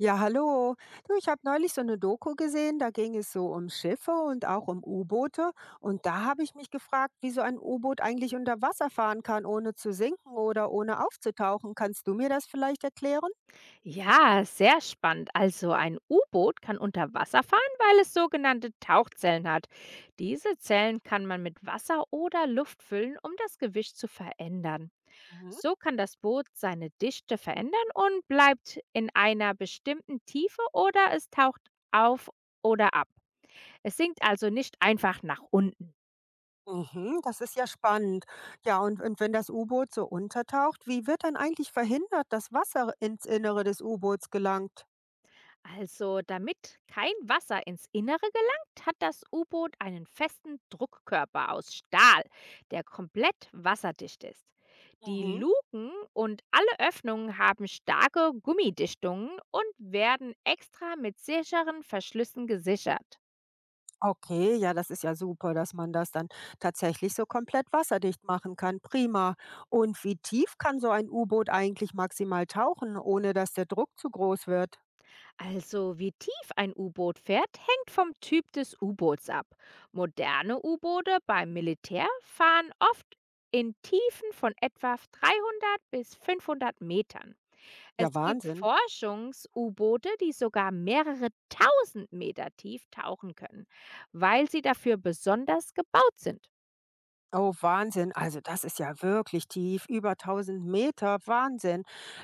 Ja, hallo. Du, ich habe neulich so eine Doku gesehen, da ging es so um Schiffe und auch um U-Boote. Und da habe ich mich gefragt, wie so ein U-Boot eigentlich unter Wasser fahren kann, ohne zu sinken oder ohne aufzutauchen. Kannst du mir das vielleicht erklären? Ja, sehr spannend. Also ein U-Boot kann unter Wasser fahren, weil es sogenannte Tauchzellen hat. Diese Zellen kann man mit Wasser oder Luft füllen, um das Gewicht zu verändern. Mhm. So kann das Boot seine Dichte verändern und bleibt in einer bestimmten Tiefe oder es taucht auf oder ab. Es sinkt also nicht einfach nach unten. Mhm, das ist ja spannend. Ja, und wenn das U-Boot so untertaucht, wie wird dann eigentlich verhindert, dass Wasser ins Innere des U-Boots gelangt? Also, damit kein Wasser ins Innere gelangt, hat das U-Boot einen festen Druckkörper aus Stahl, der komplett wasserdicht ist. Die Mhm. Luken und alle Öffnungen haben starke Gummidichtungen und werden extra mit sicheren Verschlüssen gesichert. Okay, ja, das ist ja super, dass man das dann tatsächlich so komplett wasserdicht machen kann. Prima. Und wie tief kann so ein U-Boot eigentlich maximal tauchen, ohne dass der Druck zu groß wird? Also, wie tief ein U-Boot fährt, hängt vom Typ des U-Boots ab. Moderne U-Boote beim Militär fahren oft in Tiefen von etwa 300 bis 500 Metern. Es Ja, gibt Wahnsinn. Forschungs-U-Boote, die sogar mehrere tausend Meter tief tauchen können, weil sie dafür besonders gebaut sind. Oh, Wahnsinn. Also das ist ja wirklich tief, über 1000 Meter. Wahnsinn.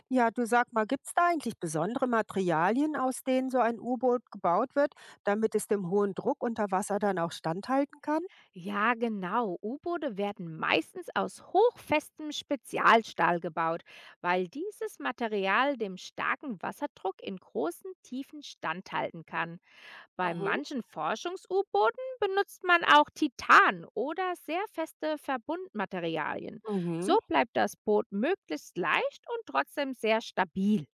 Ja, du, sag mal, gibt es da eigentlich besondere Materialien, aus denen so ein U-Boot gebaut wird, damit es dem hohen Druck unter Wasser dann auch standhalten kann? Ja, genau. U-Boote werden meistens aus hochfestem Spezialstahl gebaut, weil dieses Material dem starken Wasserdruck in großen Tiefen standhalten kann. Bei Mhm. manchen Forschungs-U-Booten benutzt man auch Titan oder sehr feste Verbundmaterialien. Mhm. So bleibt das Boot möglichst leicht und trotzdem sehr stabil.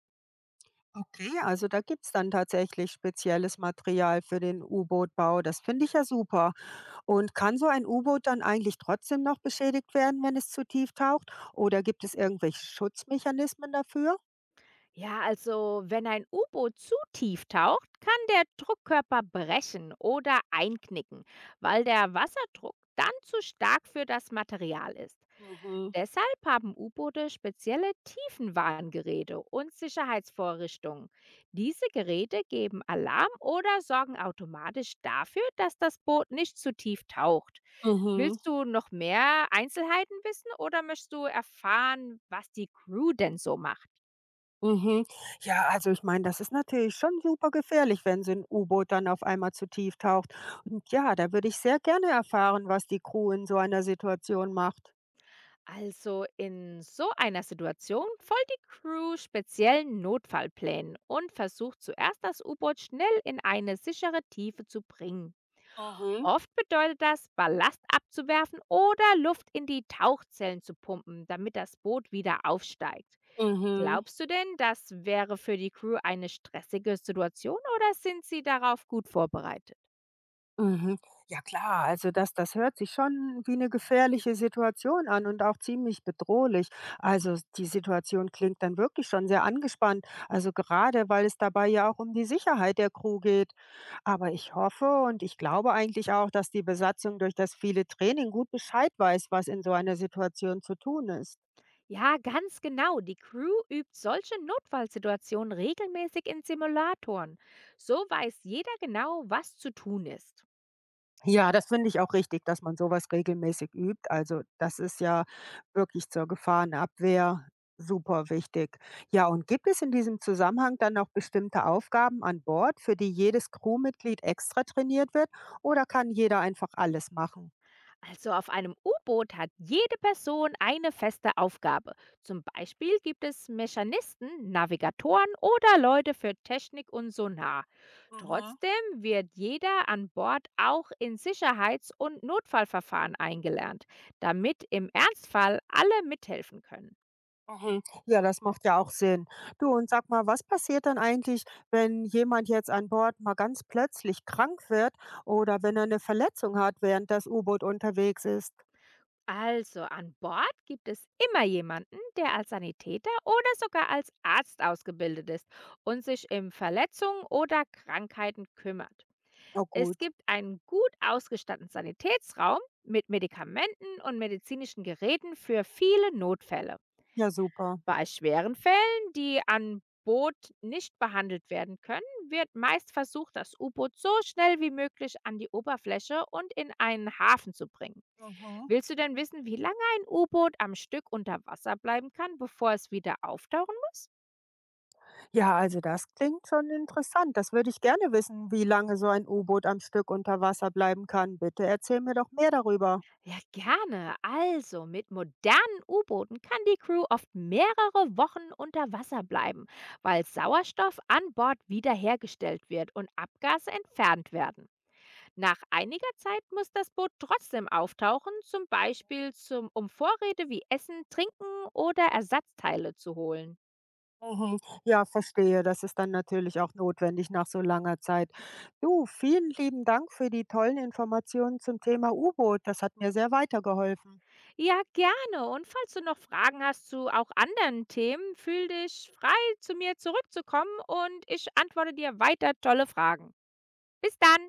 Okay, also da gibt's dann tatsächlich spezielles Material für den U-Boot-Bau. Das finde ich ja super. Und kann so ein U-Boot dann eigentlich trotzdem noch beschädigt werden, wenn es zu tief taucht? Oder gibt es irgendwelche Schutzmechanismen dafür? Ja, also wenn ein U-Boot zu tief taucht, kann der Druckkörper brechen oder einknicken, weil der Wasserdruck dann zu stark für das Material ist. Mhm. Deshalb haben U-Boote spezielle Tiefenwarngeräte und Sicherheitsvorrichtungen. Diese Geräte geben Alarm oder sorgen automatisch dafür, dass das Boot nicht zu tief taucht. Mhm. Willst du noch mehr Einzelheiten wissen oder möchtest du erfahren, was die Crew denn so macht? Mhm. Ja, also ich meine, das ist natürlich schon super gefährlich, wenn so ein U-Boot dann auf einmal zu tief taucht. Und ja, da würde ich sehr gerne erfahren, was die Crew in so einer Situation macht. Also in so einer Situation folgt die Crew speziellen Notfallplänen und versucht zuerst, das U-Boot schnell in eine sichere Tiefe zu bringen. Mhm. Oft bedeutet das, Ballast abzuwerfen oder Luft in die Tauchzellen zu pumpen, damit das Boot wieder aufsteigt. Mhm. Glaubst du denn, das wäre für die Crew eine stressige Situation oder sind sie darauf gut vorbereitet? Mhm. Ja klar, also das hört sich schon wie eine gefährliche Situation an und auch ziemlich bedrohlich. Also, die Situation klingt dann wirklich schon sehr angespannt, also gerade, weil es dabei ja auch um die Sicherheit der Crew geht. Aber ich hoffe und ich glaube eigentlich auch, dass die Besatzung durch das viele Training gut Bescheid weiß, was in so einer Situation zu tun ist. Ja, ganz genau. Die Crew übt solche Notfallsituationen regelmäßig in Simulatoren. So weiß jeder genau, was zu tun ist. Ja, das finde ich auch richtig, dass man sowas regelmäßig übt. Also, das ist ja wirklich zur Gefahrenabwehr super wichtig. Ja, und gibt es in diesem Zusammenhang dann noch bestimmte Aufgaben an Bord, für die jedes Crewmitglied extra trainiert wird? Oder kann jeder einfach alles machen? Also auf einem U-Boot hat jede Person eine feste Aufgabe. Zum Beispiel gibt es Mechanisten, Navigatoren oder Leute für Technik und Sonar. Mhm. Trotzdem wird jeder an Bord auch in Sicherheits- und Notfallverfahren eingelernt, damit im Ernstfall alle mithelfen können. Mhm. Ja, das macht ja auch Sinn. Du, und sag mal, was passiert dann eigentlich, wenn jemand jetzt an Bord mal ganz plötzlich krank wird oder wenn er eine Verletzung hat, während das U-Boot unterwegs ist? Also an Bord gibt es immer jemanden, der als Sanitäter oder sogar als Arzt ausgebildet ist und sich um Verletzungen oder Krankheiten kümmert. Oh Es gut. gibt einen gut ausgestatteten Sanitätsraum mit Medikamenten und medizinischen Geräten für viele Notfälle. Ja, super. Bei schweren Fällen, die an Boot nicht behandelt werden können, wird meist versucht, das U-Boot so schnell wie möglich an die Oberfläche und in einen Hafen zu bringen. Mhm. Willst du denn wissen, wie lange ein U-Boot am Stück unter Wasser bleiben kann, bevor es wieder auftauchen muss? Ja, also das klingt schon interessant. Das würde ich gerne wissen, wie lange so ein U-Boot am Stück unter Wasser bleiben kann. Bitte erzähl mir doch mehr darüber. Ja, gerne. Also, mit modernen U-Booten kann die Crew oft mehrere Wochen unter Wasser bleiben, weil Sauerstoff an Bord wiederhergestellt wird und Abgase entfernt werden. Nach einiger Zeit muss das Boot trotzdem auftauchen, zum Beispiel um Vorräte wie Essen, Trinken oder Ersatzteile zu holen. Mhm. Ja, verstehe. Das ist dann natürlich auch notwendig nach so langer Zeit. Du, vielen lieben Dank für die tollen Informationen zum Thema U-Boot. Das hat mir sehr weitergeholfen. Ja, gerne. Und falls du noch Fragen hast zu auch anderen Themen, fühl dich frei, zu mir zurückzukommen, und ich antworte dir weiter tolle Fragen. Bis dann!